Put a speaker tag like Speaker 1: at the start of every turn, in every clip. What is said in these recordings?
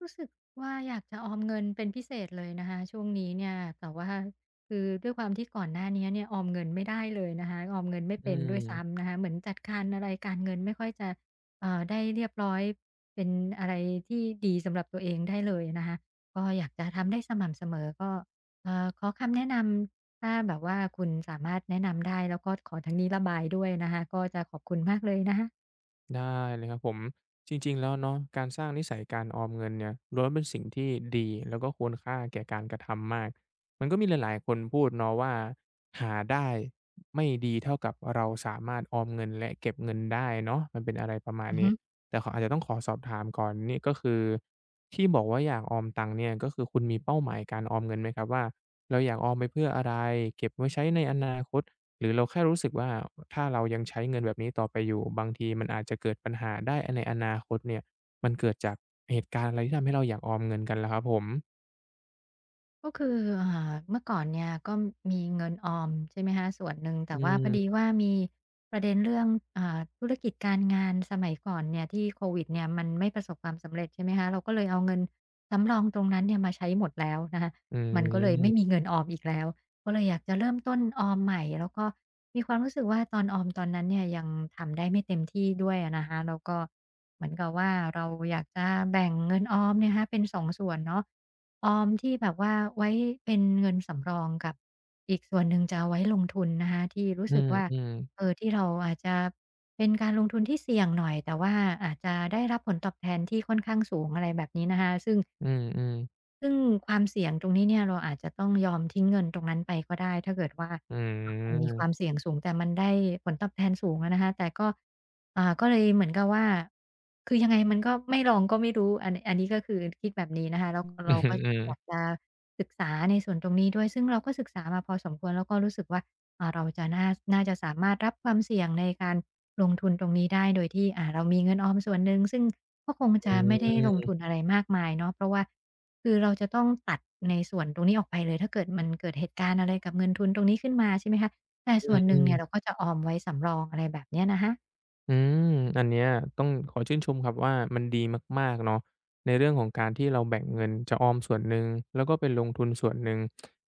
Speaker 1: รู้สึกว่าอยากจะออมเงินเป็นพิเศษเลยนะคะช่วงนี้เนี่ยแต่ว่าคือด้วยความที่ก่อนหน้านี้เนี่ยออมเงินไม่ได้เลยนะคะออมเงินไม่
Speaker 2: อื
Speaker 1: เป็นด้วย
Speaker 2: ม
Speaker 1: ซ้ำนะคะเหมือนจัดการอะไรการเงินไม่ค่อยจะได้เรียบร้อยเป็นอะไรที่ดีสำหรับตัวเองได้เลยนะคะก็อยากจะทำได้สม่ำเสมอก็ขอคำแนะนำถ้าแบบว่าคุณสามารถแนะนำได้แล้วก็ขอทางนี้ระบายด้วยนะคะก็จะขอบคุณมากเลยนะคะ
Speaker 2: ได้เลยครับผมจริงๆแล้วเนาะการสร้างนิสัยการออมเงินเนี่ยล้วนเป็นสิ่งที่ดีแล้วก็ควรค่าแก่การกระทำมากมันก็มีหลายๆคนพูดเนาะว่าหาได้ไม่ดีเท่ากับเราสามารถออมเงินและเก็บเงินได้เนาะมันเป็นอะไรประมาณ
Speaker 1: อือ
Speaker 2: นี้
Speaker 1: ฮึ
Speaker 2: แต่ขออาจจะต้องขอสอบถามก่อนนี่ก็คือที่บอกว่าอยากออมตังค์เนี่ยก็คือคุณมีเป้าหมายการออมเงินไหมครับว่าเราอยากออมไปเพื่ออะไรเก็บไว้ใช้ในอนาคต หรือเราแค่รู้สึกว่าถ้าเรายังใช้เงินแบบนี้ต่อไปอยู่บางทีมันอาจจะเกิดปัญหาได้ในอนาคตเนี่ยมันเกิดจากเหตุการณ์อะไรที่ทำให้เราอยากออมเงินกันล่ะครับผม
Speaker 1: ก็คือเมื่อก่อนเนี่ยก็มีเงินออมใช่ไหมคะส่วนหนึ่ง
Speaker 2: อื
Speaker 1: แต่ว่าพอดี
Speaker 2: ม
Speaker 1: ว่ามีประเด็นเรื่องธุรกิจการงานสมัยก่อนเนี่ยที่โควิดเนี่ยมันไม่ประสบความสำเร็จใช่ไหมคะเราก็เลยเอาเงินสำรองตรงนั้นเนี่ยมาใช้หมดแล้วนะคะ
Speaker 2: อื
Speaker 1: มันก็เลยไม่มี
Speaker 2: ม
Speaker 1: เงินออมอีกแล้วก็เลยอยากจะเริ่มต้นออมใหม่แล้วก็มีความรู้สึกว่าตอนออมตอนนั้นเนี่ยยังทำได้ไม่เต็มที่ด้วยอะนะคะแล้วก็เหมือนกับว่าเราอยากจะแบ่งเงินออมเนี่ยะคะเป็นสองส่วนเนาะ ออมที่แบบว่าไว้เป็นเงินสำรองกับอีกส่วนหนึ่งจะเอาไว้ลงทุนนะคะที่รู้
Speaker 2: อื
Speaker 1: สึกว่า
Speaker 2: ม
Speaker 1: เออที่เราอาจจะเป็นการลงทุนที่เสี่ยงหน่อยแต่ว่าอาจจะได้รับผลตอบแทนที่ค่อนข้างสูงอะไรแบบนี้นะคะซึ่ง
Speaker 2: ๆอืมๆ
Speaker 1: ซึ่งความเสี่ยงตรงนี้เนี่ยเราอาจจะต้องยอมทิ้งเงินตรงนั้นไปก็ได้ถ้าเกิดว่า
Speaker 2: อื
Speaker 1: มันมี
Speaker 2: ม
Speaker 1: ความเสี่ยงสูงแต่มันได้ผลตอบแทนสูงอะนะคะแต่ก็ก็เลยเหมือนกับว่าคือยังไงมันก็ไม่ลองก็ไม่รู้อันนี้ก็คือคิดแบบนี้นะคะแล้ว
Speaker 2: อือ
Speaker 1: เรา
Speaker 2: ฮึ
Speaker 1: ก็
Speaker 2: อื
Speaker 1: อยาก
Speaker 2: ม
Speaker 1: จะศึกษาในส่วนตรงนี้ด้วยซึ่งเราก็ศึกษามาพอสมควรแล้วก็รู้สึกว่าเราจะน่าจะสามารถรับความเสี่ยงในการลงทุนตรงนี้ได้โดยที่เรามีเงินออมส่วนหนึ่งซึ่งก็คง
Speaker 2: อื
Speaker 1: จะไม่ได้ลงทุน
Speaker 2: ม
Speaker 1: อะไรมากมายเนาะเพราะว่า คือเราจะต้องตัดในส่วนตรงนี้ออกไปเลยถ้าเกิดมันเกิดเหตุการณ์อะไรกับเงินทุนตรงนี้ขึ้นมาใช่ไหมคะแต่
Speaker 2: อ
Speaker 1: ส่วนหนึ่
Speaker 2: ื
Speaker 1: ง
Speaker 2: ม
Speaker 1: เนี่ยเราก็จะออมไว้สำรองอะไรแบบเนี้ยนะคะ
Speaker 2: อืมอันเนี้ยต้องขอชื่นชมครับว่ามันดีมากๆเนาะในเรื่องของการที่เราแบ่งเงินจะออมส่วนหนึ่งแล้วก็ไปลงทุนส่วนหนึ่ง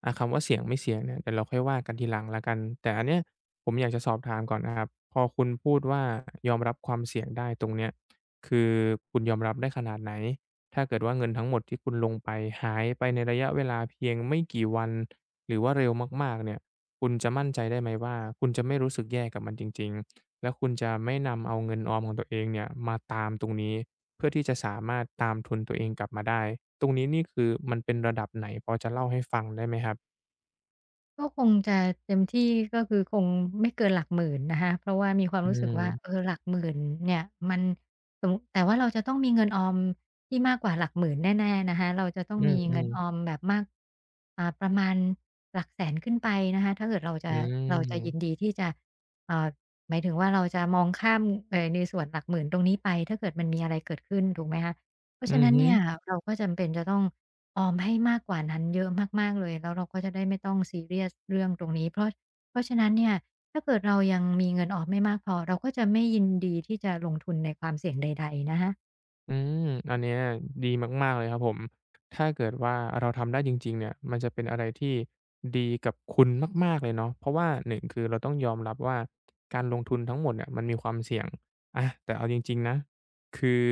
Speaker 2: คำว่าเสี่ยงไม่เสี่ยงเนี่ยเดี๋ยวเราค่อยว่ากันทีหลังแล้วกันแต่อันเนี้ยผมอยากจะสอบถามก่อนนะครับพอคุณพูดว่ายอมรับความเสี่ยงได้ตรงเนี้ยคือคุณยอมรับได้ขนาดไหนถ้าเกิดว่าเงินทั้งหมดที่คุณลงไปหายไปในระยะเวลาเพียงไม่กี่วันหรือว่าเร็วมากๆเนี่ยคุณจะมั่นใจได้ไหมว่าคุณจะไม่รู้สึกแย่กับมันจริงๆ แล้วคุณจะไม่นำเอาเงินออมของตัวเองเนี่ยมาตามตรงนี้เพื่อที่จะสามารถตามทุนตัวเองกลับมาได้ตรงนี้นี่คือมันเป็นระดับไหนพอจะเล่าให้ฟังได้ไหมครับ
Speaker 1: ก็คงจะเต็มที่ก็คือคงไม่เกินหลักหมื่นนะคะเพราะว่ามีความ
Speaker 2: อื
Speaker 1: รู้สึกว่าเออ
Speaker 2: ม
Speaker 1: หลักหมื่นเนี่ยมันสมมุแต่ว่าเราจะต้องมีเงินออมที่มากกว่าหลักหมื่นแน่ๆนะคะเราจะต้อง
Speaker 2: อื
Speaker 1: มีเงิน
Speaker 2: อ
Speaker 1: ออ
Speaker 2: ๆ
Speaker 1: มแบบมากประมาณหลักแสนขึ้นไปนะคะถ้าเกิดเราจะ
Speaker 2: อื
Speaker 1: เราจะยิ
Speaker 2: ม
Speaker 1: นดีที่จะอ่าหมายถึงว่าเราจะมองข้ามในส่วนหลักหมื่นตรงนี้ไปถ้าเกิดมันมีอะไรเกิดขึ้นถูกไหมคะเพราะ
Speaker 2: อื
Speaker 1: ฉะ
Speaker 2: อ
Speaker 1: นั้น
Speaker 2: ฮึ
Speaker 1: เนี่ยเราก็จำเป็นจะต้อง ออมให้มากกว่านั้นเยอะมากๆเลยแล้วเราก็จะได้ไม่ต้องซีเรียสเรื่องตรงนี้เพราะฉะนั้นเนี่ยถ้าเกิดเรายังมีเงินออมไม่มากพอเราก็จะไม่ยินดีที่จะลงทุนในความเสี่ยงใดๆนะคะ
Speaker 2: อืมอันเนี้ยดีมากๆเลยครับผมถ้าเกิดว่าเราทำได้จริงๆเนี่ยมันจะเป็นอะไรที่ดีกับคุณมากๆเลยเนาะเพราะว่าหนึ่งคือเราต้องยอมรับว่าการลงทุนทั้งหมดเนี่ยมันมีความเสี่ยงแต่เอาจริงๆนะคือ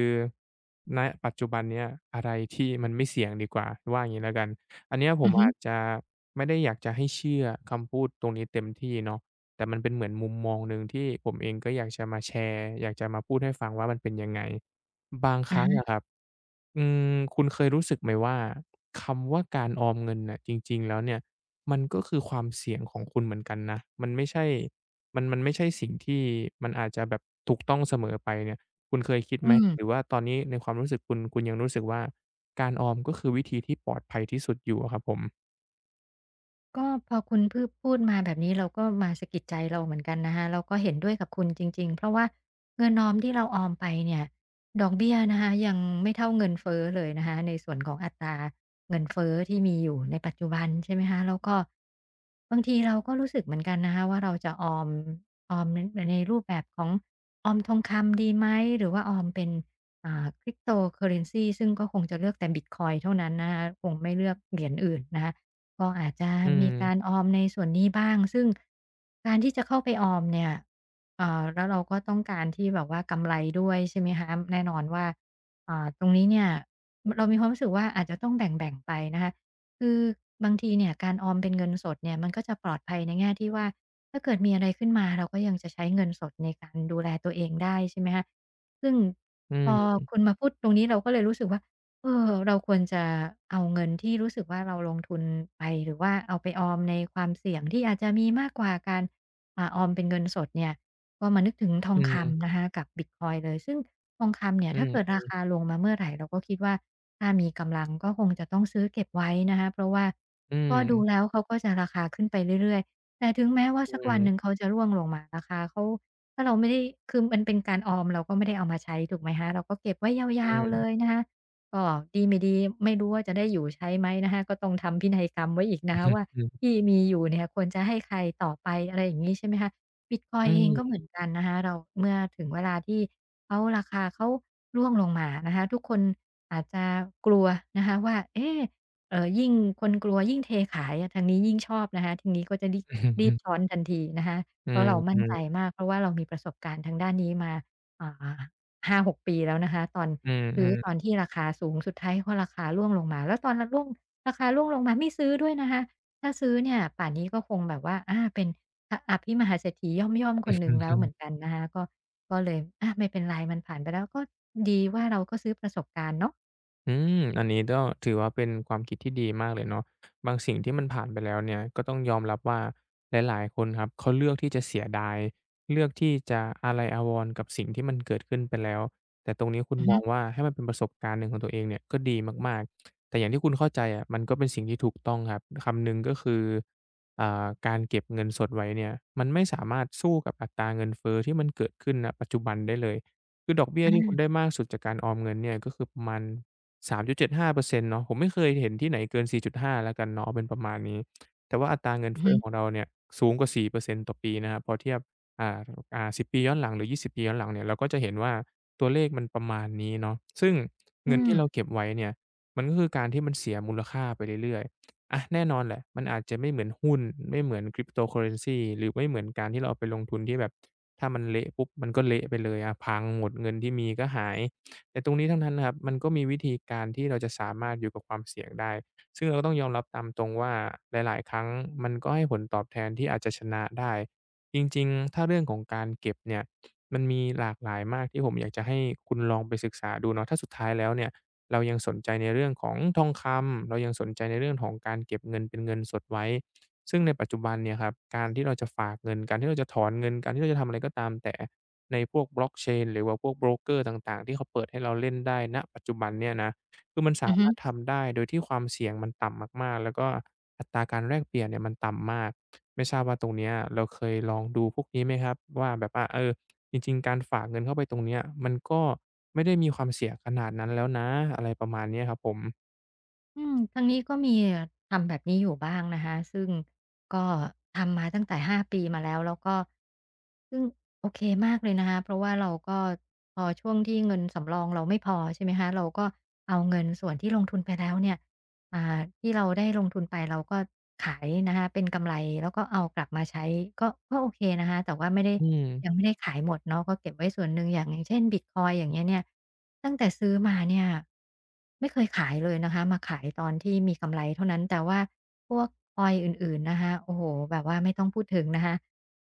Speaker 2: ณปัจจุบันเนี้ยอะไรที่มันไม่เสี่ยงดีกว่าว่าอย่างงี้แล้วกันอันเนี้ยผ
Speaker 1: อื
Speaker 2: ม
Speaker 1: อฮึ
Speaker 2: อาจจะไม่ได้อยากจะให้เชื่อคำพูดตรงนี้เต็มที่เนาะแต่มันเป็นเหมือนมุมมองหนึ่งที่ผมเองก็อยากจะมาแชร์อยากจะมาพูดให้ฟังว่ามันเป็นยังไง บางค
Speaker 1: อะ
Speaker 2: รั้งอะ
Speaker 1: ฮะ
Speaker 2: ครับอืมคุณเคยรู้สึกไหมว่าคำว่าการออมเงินน่ะจริงๆแล้วเนี่ยมันก็คือความเสี่ยงของคุณเหมือนกันนะมันไม่ใช่มันไม่ใช่สิ่งที่มันอาจจะแบบถูกต้องเสมอไปเนี่ยคุณเคยคิดไห
Speaker 1: อื
Speaker 2: มหรือ
Speaker 1: ม
Speaker 2: ว่าตอนนี้ในความรู้สึกคุณยังรู้สึกว่าการออมก็คือวิธีที่ปลอดภัยที่สุดอยู่อะครับผม
Speaker 1: ก็พอคุณพูดมาแบบนี้เราก็มาสะกิดใจเราเหมือนกันนะคะเราก็เห็นด้วยกับคุณจริงๆเพราะว่าเงินออมที่เราออมไปเนี่ยดอกเบี้ยนะคะยังไม่เท่าเงินเฟ้อเลยนะคะในส่วนของอัตราเงินเฟ้อที่มีอยู่ในปัจจุบันใช่ไหมคะแล้วก็บางทีเราก็รู้สึกเหมือนกันนะคะว่าเราจะออมในรูปแบบของออมทองคำดีไหมหรือว่าออมเป็นc r y p t o c u r r e n c ซึ่งก็คงจะเลือกแต่บิตคอยเท่านั้นนะคะคงไม่เลือกเหรียญอื่นนะคะ ก็อาจจะ
Speaker 2: อืม
Speaker 1: มีการออมในส่วนนี้บ้างซึ่งการที่จะเข้าไปออมเนี่ยแล้วเราก็ต้องการที่แบบว่ากำไรด้วยใช่ไหมคะแน่นอนว่าตรงนี้เนี่ยเรามีความรู้สึกว่าอาจจะต้องแบ่งๆไปนะคะคือบางทีเนี่ยการออมเป็นเงินสดเนี่ยมันก็จะปลอดภัยในแง่ที่ว่าถ้าเกิดมีอะไรขึ้นมาเราก็ยังจะใช้เงินสดในการดูแลตัวเองได้ใช่ไหมคะซึ่ง
Speaker 2: อื
Speaker 1: พอ
Speaker 2: ม
Speaker 1: คุณมาพูดตรงนี้เราก็เลยรู้สึกว่า เออเราควรจะเอาเงินที่รู้สึกว่าเราลงทุนไปหรือว่าเอาไปออมในความเสี่ยงที่อาจจะมีมากกว่าการออมเป็นเงินสดเนี่ยก็มานึกถึงทอ
Speaker 2: อื
Speaker 1: งคำ
Speaker 2: ม
Speaker 1: นะคะกับบิตคอยน์เลยซึ่งทองคำเนี่ย
Speaker 2: อื
Speaker 1: ถ้าเกิด
Speaker 2: ม
Speaker 1: ราคาลงมาเมื่อไรเราก็คิดว่าถ้ามีกำลังก็คงจะต้องซื้อเก็บไว้นะคะเพราะว่า
Speaker 2: อื
Speaker 1: ก็ดู
Speaker 2: ม
Speaker 1: แล้วเขาก็จะราคาขึ้นไปเรื่อยๆแต่ถึงแม้ว่า
Speaker 2: อื
Speaker 1: สัก
Speaker 2: ม
Speaker 1: วันหนึ่งเขาจะร่วงลงมาราคาเขาถ้าเราไม่ได้คือมันเป็นการออมเราก็ไม่ได้เอามาใช้ถูกไหมคะเราก็เก็บไว้
Speaker 2: อื
Speaker 1: ยาวๆเลย
Speaker 2: ม
Speaker 1: นะคะ ก็ดีไม่ดีไม่รู้ว่าจะได้อยู่ใช้ไหมนะคะก็ต้องทำพินัยกรรมไว้อีกนะคะ
Speaker 2: อือ
Speaker 1: ว่า
Speaker 2: อืม
Speaker 1: ที่มีอยู่เนี่ยควรจะให้ใครต่อไปอะไรอย่างงี้ใช่ไหมคะบิตคอย
Speaker 2: อื
Speaker 1: น์เองก็เห
Speaker 2: ม
Speaker 1: มือนกันนะคะเราเมื่อถึงเวลาที่เขาราคาเขาร่วงลงมานะคะทุกคนอาจจะกลัวนะคะว่าเอ๊ะยิ่งคนกลัวยิ่งเทขายอะทางนี้ยิ่งชอบนะคะทางนี้ก็จะรีบรี
Speaker 2: อื
Speaker 1: บช้
Speaker 2: อ
Speaker 1: อนทันทีนะคะ
Speaker 2: อื
Speaker 1: เพราะ
Speaker 2: ม
Speaker 1: เรามั่นใจ
Speaker 2: อ
Speaker 1: มากเพราะว่าเรามีประสบการณ์ทางด้านนี้มาอ่า5-6ปีแล้วนะคะตอน
Speaker 2: ืออื
Speaker 1: ซื้อ
Speaker 2: อ
Speaker 1: ตอนที่ราคาสูงสุดท้ายก็ราคาร่วงลงมาแล้วตอนร่วงราคาร่วงลงมาไม่ซื้อด้วยนะคะถ้าซื้อเนี่ยป่านนี้ก็คงแบบว่าอาเป็นออภิมหาเศรษฐีย่อมๆคนห
Speaker 2: อื
Speaker 1: นึ่งแล้วเหมือน
Speaker 2: อ
Speaker 1: กันนะคะก็ก็เลยอาไม่เป็นไรมันผ่านไปแล้วก็ดีว่าเราก็ซื้อประสบการณ์เนาะ
Speaker 2: อืมอันนี้ก็ถือว่าเป็นความคิดที่ดีมากเลยเนาะบางสิ่งที่มันผ่านไปแล้วเนี่ยก็ต้องยอมรับว่าหลายๆคนครับเขาเลือกที่จะเสียดายเลือกที่จะอาลัยอาวรณ์กับสิ่งที่มันเกิดขึ้นไปแล้ว แต่ตรงนี้คุณ
Speaker 1: อือ
Speaker 2: ม
Speaker 1: ฮึ
Speaker 2: องว่าให้มันเป็นประสบการณ์หนึ่งของตัวเองเนี่ยก็ดีมากๆ แต่อย่างที่คุณเข้าใจอะมันก็เป็นสิ่งที่ถูกต้องครับคำหนึ่งก็คือการเก็บเงินสดไว้เนี่ยมันไม่สามารถสู้กับอัตราเงินเฟ้อที่มันเกิดขึ้นณปัจจุบันได้เลยคือดอกเบี้ย
Speaker 1: อ
Speaker 2: ที่คุณ
Speaker 1: า
Speaker 2: ได้มากสุดจากการออมเงินเนี่ยก็คือประมาณ 3.75%เจ็ดห้าเปอร์เซ็นต์เนาะผมไม่เคยเห็นที่ไหนเกิน4.5แล้วกันเนาะเอาเป็นประมาณนี้แต่ว่าอัตราเงิน
Speaker 1: อือ
Speaker 2: เฟ้
Speaker 1: ฮึ
Speaker 2: อของเราเนี่ยสูงกว่า4%ตต่อปีนะครับพอเทียบอ่า10ปีย้อนหลังหรือ20ปีย้อนหลังเนี่ยเราก็จะเห็นว่าตัวเลขมันประมาณนี้เนาะซึ่งเงิ
Speaker 1: อื
Speaker 2: นที่
Speaker 1: ม
Speaker 2: เราเก็บไว้เนี่ยมันก็คือการที่มันเสียมูลค่าไปเรื่อยๆอะแน่นอนแหละมันอาจจะไม่เหมือนหุ้นไม่เหมือน Cryptocurrency หรือไม่เหมือนการที่เราเอาไปลงทุนที่แบบถ้ามันเละปุ๊บมันก็เละไปเลยพังหมดเงินที่มีก็หาย แต่ตรงนี้ทั้งนั้นนะครับมันก็มีวิธีการที่เราจะสามารถอยู่กับความเสี่ยงได้ซึ่งเราก็ต้องยอมรับตามตรงว่าหลายๆครั้งมันก็ให้ผลตอบแทนที่อาจจะชนะได้จริงๆถ้าเรื่องของการเก็บเนี่ยมันมีหลากหลายมากที่ผมอยากจะให้คุณลองไปศึกษาดูเนาะถ้าสุดท้ายแล้วเนี่ยเรายังสนใจในเรื่องของทองคำเรายังสนใจในเรื่องของการเก็บเงินเป็นเงินสดไว้ซึ่งในปัจจุบันเนี่ยครับการที่เราจะฝากเงินการที่เราจะถอนเงินการที่เราจะทำอะไรก็ตามแต่ ในพวก Blockchain หรือว่าพวกโบรกเกอร์ต่างๆที่เขาเปิดให้เราเล่นได้ณปัจจุบันเนี่ยนะคือมันสา
Speaker 1: อือฮึ
Speaker 2: มารถทำได้โดยที่ความเสี่ยงมันต่ำมากๆแล้วก็อัตราการแลกเปลี่ยนเนี่ยมันต่ำมากไม่ทราบว่าตรงเนี้ยเราเคยลองดูพวกนี้ไหมครับว่าแบบว่าจริงๆการฝากเงินเข้าไปตรงเนี้ยมันก็ไม่ได้มีความเสี่ยงขนาดนั้นแล้วนะอะไรประมาณเนี้ยครับผม
Speaker 1: อืมทางนี้ก็มีทำแบบนี้อยู่บ้างนะคะ ซึ่งก็ทำมาตั้งแต่5ปีมาแล้ว แล้วก็ซึ่งโอเคมากเลยนะคะ เพราะว่าเราก็พอช่วงที่เงินสำรองเราไม่พอใช่ไหมคะ เราก็เอาเงินส่วนที่ลงทุนไปแล้วเนี่ย อ่าที่เราได้ลงทุนไปเราก็ขายนะคะเป็นกำไรแล้วก็เอากลับมาใช้ก็ก็โอเคนะคะแต่ว่าไม่ได้
Speaker 2: อืม
Speaker 1: ยังไม่ได้ขายหมดเนาะก็เก็บไว้ส่วนหนึ่งอย่างอย่างเช่นบิตคอยน์อย่างเงี้ยเนี่ยตั้งแต่ซื้อมาเนี่ยไม่เคยขายเลยนะคะมาขายตอนที่มีกำไรเท่านั้นแต่ว่าพวกคอยน์อื่นๆนะคะโอ้โฮแบบว่าไม่ต้องพูดถึงนะคะ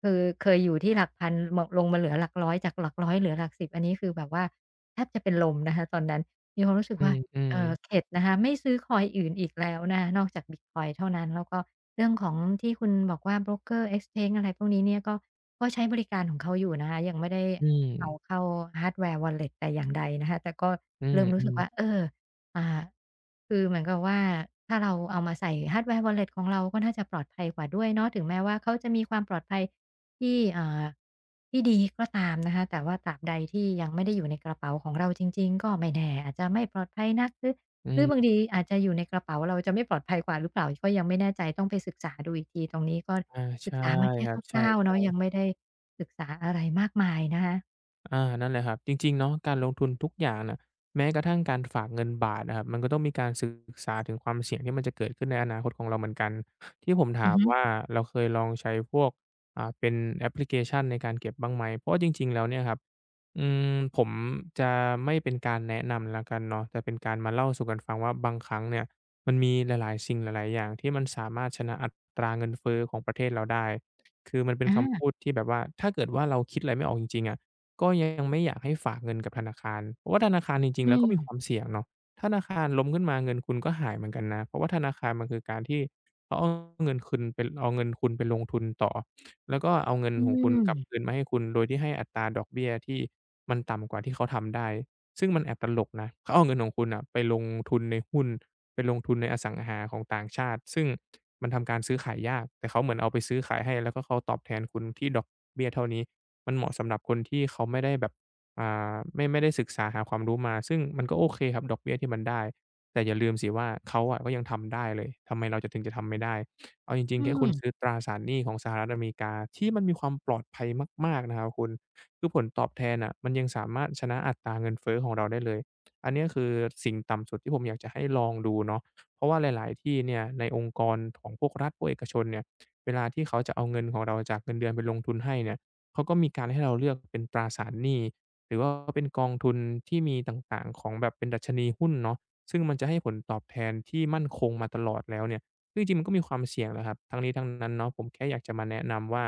Speaker 1: คือเคยอยู่ที่หลักพันมลงมาเหลือหลักร้อยจากหลักร้อยเหลือหลักสิบอันนี้คือแบบว่าแทบจะเป็นลมนะคะตอนนั้นมีความรู้สึก
Speaker 2: อื
Speaker 1: ว่า
Speaker 2: อๆ
Speaker 1: เข็ดนะคะไม่ซื้อคอยน์อื่นอีกแล้วนะคะนอกจากบิตคอยน์เท่านั้นแล้วก็เรื่องของที่คุณบอกว่าโบรกเกอร์เอ็กซ์เชอะไรพวกนี้เนี่ยก็ก็ใช้บริการของเขาอยู่นะคะยังไม่ได้
Speaker 2: อืม
Speaker 1: เอาเข้า Hardware Wallet แต่อย่างใดนะคะแต่ก็
Speaker 2: อื
Speaker 1: เริ่มรู้สึก
Speaker 2: อ
Speaker 1: ว่าเอ
Speaker 2: ๆ
Speaker 1: ออ่าคือเหมือนกับว่าถ้าเราเอามาใส่ Hardware Wallet ของเราก็น่าจะปลอดภัยกว่าด้วยเนาะถึงแม้ว่าเขาจะมีความปลอดภัย ที่ที่ดีก็ตามนะคะแต่ว่าตราบใดที่ยังไม่ได้อยู่ในกระเป๋าของเราจริงๆก็ไม่แน่อาจจะไม่ปลอดภัยนักหรือ
Speaker 2: อื
Speaker 1: หรือ
Speaker 2: อ
Speaker 1: บางทีอาจจะอยู่ในกระเป๋าเราจะไม่ปลอดภัยกว่าหรือเปล่าก็ยังไม่แน่ใจต้องไปศึกษาดูอีกทีตรงนี้ก็
Speaker 2: อา
Speaker 1: ศึก
Speaker 2: ใช่
Speaker 1: ษามาแค่
Speaker 2: ครั
Speaker 1: ค
Speaker 2: บใช่
Speaker 1: ร่าวๆเนาะยัง
Speaker 2: ๆ
Speaker 1: ไม่ได้ศึกษาอะไรมากมายนะคะ
Speaker 2: อานั่นแหละครับจริงๆเนาะการลงทุนทุกอย่างน่ะแม้กระทั่งการฝากเงินบาทอะครับมันก็ต้องมีการศึกษาถึงความเสี่ยงที่มันจะเกิดขึ้นในอนาคตของเราเหมือนกันที่ผม
Speaker 1: อื
Speaker 2: ถา
Speaker 1: อ
Speaker 2: ม
Speaker 1: ฮึ
Speaker 2: ว่าเราเคยลองใช้พวกเป็นแอปพลิเคชันในการเก็บบ้างไหมเพราะว่าจริงๆแล้วเนี่ยครับอืมผมจะไม่เป็นการแนะนำแล้วกันเนาะแต่เป็นการมาเล่าสู่กันฟังว่าบางครั้งเนี่ยมันมีหลายๆสิ่งหลายๆอย่างที่มันสามารถชนะอัตราเงินเฟ้อของประเทศเราได้คือมันเป็นคำพู
Speaker 1: อา
Speaker 2: ดที่แบบว่าถ้าเกิดว่าเราคิดอะไรไม่ออกจริงๆอะ ก็ยังไม่อยากให้ฝากเงินกับธนาคารเพราะว่าธนาคารจริงๆ
Speaker 1: อื
Speaker 2: แล้วก็
Speaker 1: ม
Speaker 2: มีความเสี่ยงเนาะธนาคารล้มขึ้นมาเงินคุณก็หายเหมือนกันนะ เพราะว่าธนาคารมันคือการที่เขาเอาเงินคืณไปเอาเงินคุณไปลงทุนต่อ แล้วก็เอาเงิน
Speaker 1: อื
Speaker 2: ของคุณก
Speaker 1: ม
Speaker 2: ลับคืนมาให้คุณ โดยที่ให้อัตราดอกเบี้ยที่มันต่ำกว่าที่เขาทำได้ ซึ่งมันแอบตลกนะเขาเอาเงินของคุณน่ะไปลงทุนในหุ้นไปลงทุนในอสังหาของต่างชาติซึ่งมันทำการซื้อขายยากแต่เขาเหมือนเอาไปซื้อขายให้แล้วก็เขาตอบแทนคุณที่ดอกเบี้ยเท่านี้ มันเหมาะสำหรับคนที่เขาไม่ได้แบบไม่ได้ศึกษาหาความรู้มาซึ่งมันก็โอเคครับดอกเบี้ยที่มันได้แต่อย่าลืมสิว่าเขาอะก็ยังทำได้เลยทำไมเราจะถึงจะทำไม่ได้เอาจริง
Speaker 1: อื
Speaker 2: ๆแค่คุณซื้อ
Speaker 1: ม
Speaker 2: ตราสารหนี้ของสหรัฐอเมริกาที่มันมีความปลอดภัยมากๆนะครับคุณคือผลตอบแทนน่ะมันยังสามารถชนะอัตราเงินเฟ้อของเราได้เลยอันเนี้ยคือสิ่งต่ำสุดที่ผมอยากจะให้ลองดูเนาะเพราะว่าหลายๆที่เนี่ยในองค์กรของพวกรัฐพวกเอกชนเนี่ยเวลาที่เขาจะเอาเงินของเราจากเงินเดือนไปลงทุนให้เนี่ย เขาก็มีการให้เราเลือกเป็นตราสารหนี้หรือว่าเป็นกองทุนที่มีต่างๆของแบบเป็นดัชนีหุ้นเนาะซึ่งมันจะให้ผลตอบแทนที่มั่นคงมาตลอดแล้วเนี่ยซึ่งจริงๆมันก็มีความเสี่ยงแหละครับทั้งนี้ทั้งนั้นเนาะผมแค่อยากจะมาแนะนำว่า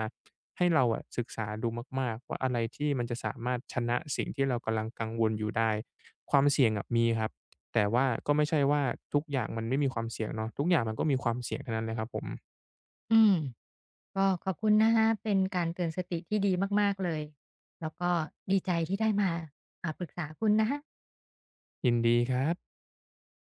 Speaker 2: ให้เราอะศึกษาดูมากๆว่าอะไรที่มันจะสามารถชนะสิ่งที่เรากำลังกังวลอยู่ได้ความเสี่ยงอะมีครับแต่ว่าก็ไม่ใช่ว่าทุกอย่างมันไม่มีความเสี่ยงเนาะทุกอย่างมันก็มีความเสี่ยงทั้งนั้นเลยครับผม
Speaker 1: อืมก็ขอบคุณนะคะเป็นการเตือนสติที่ดีมากๆเลยแล้วก็ดีใจที่ได้มาปรึกษาคุณนะคะ
Speaker 2: ยินดีครับ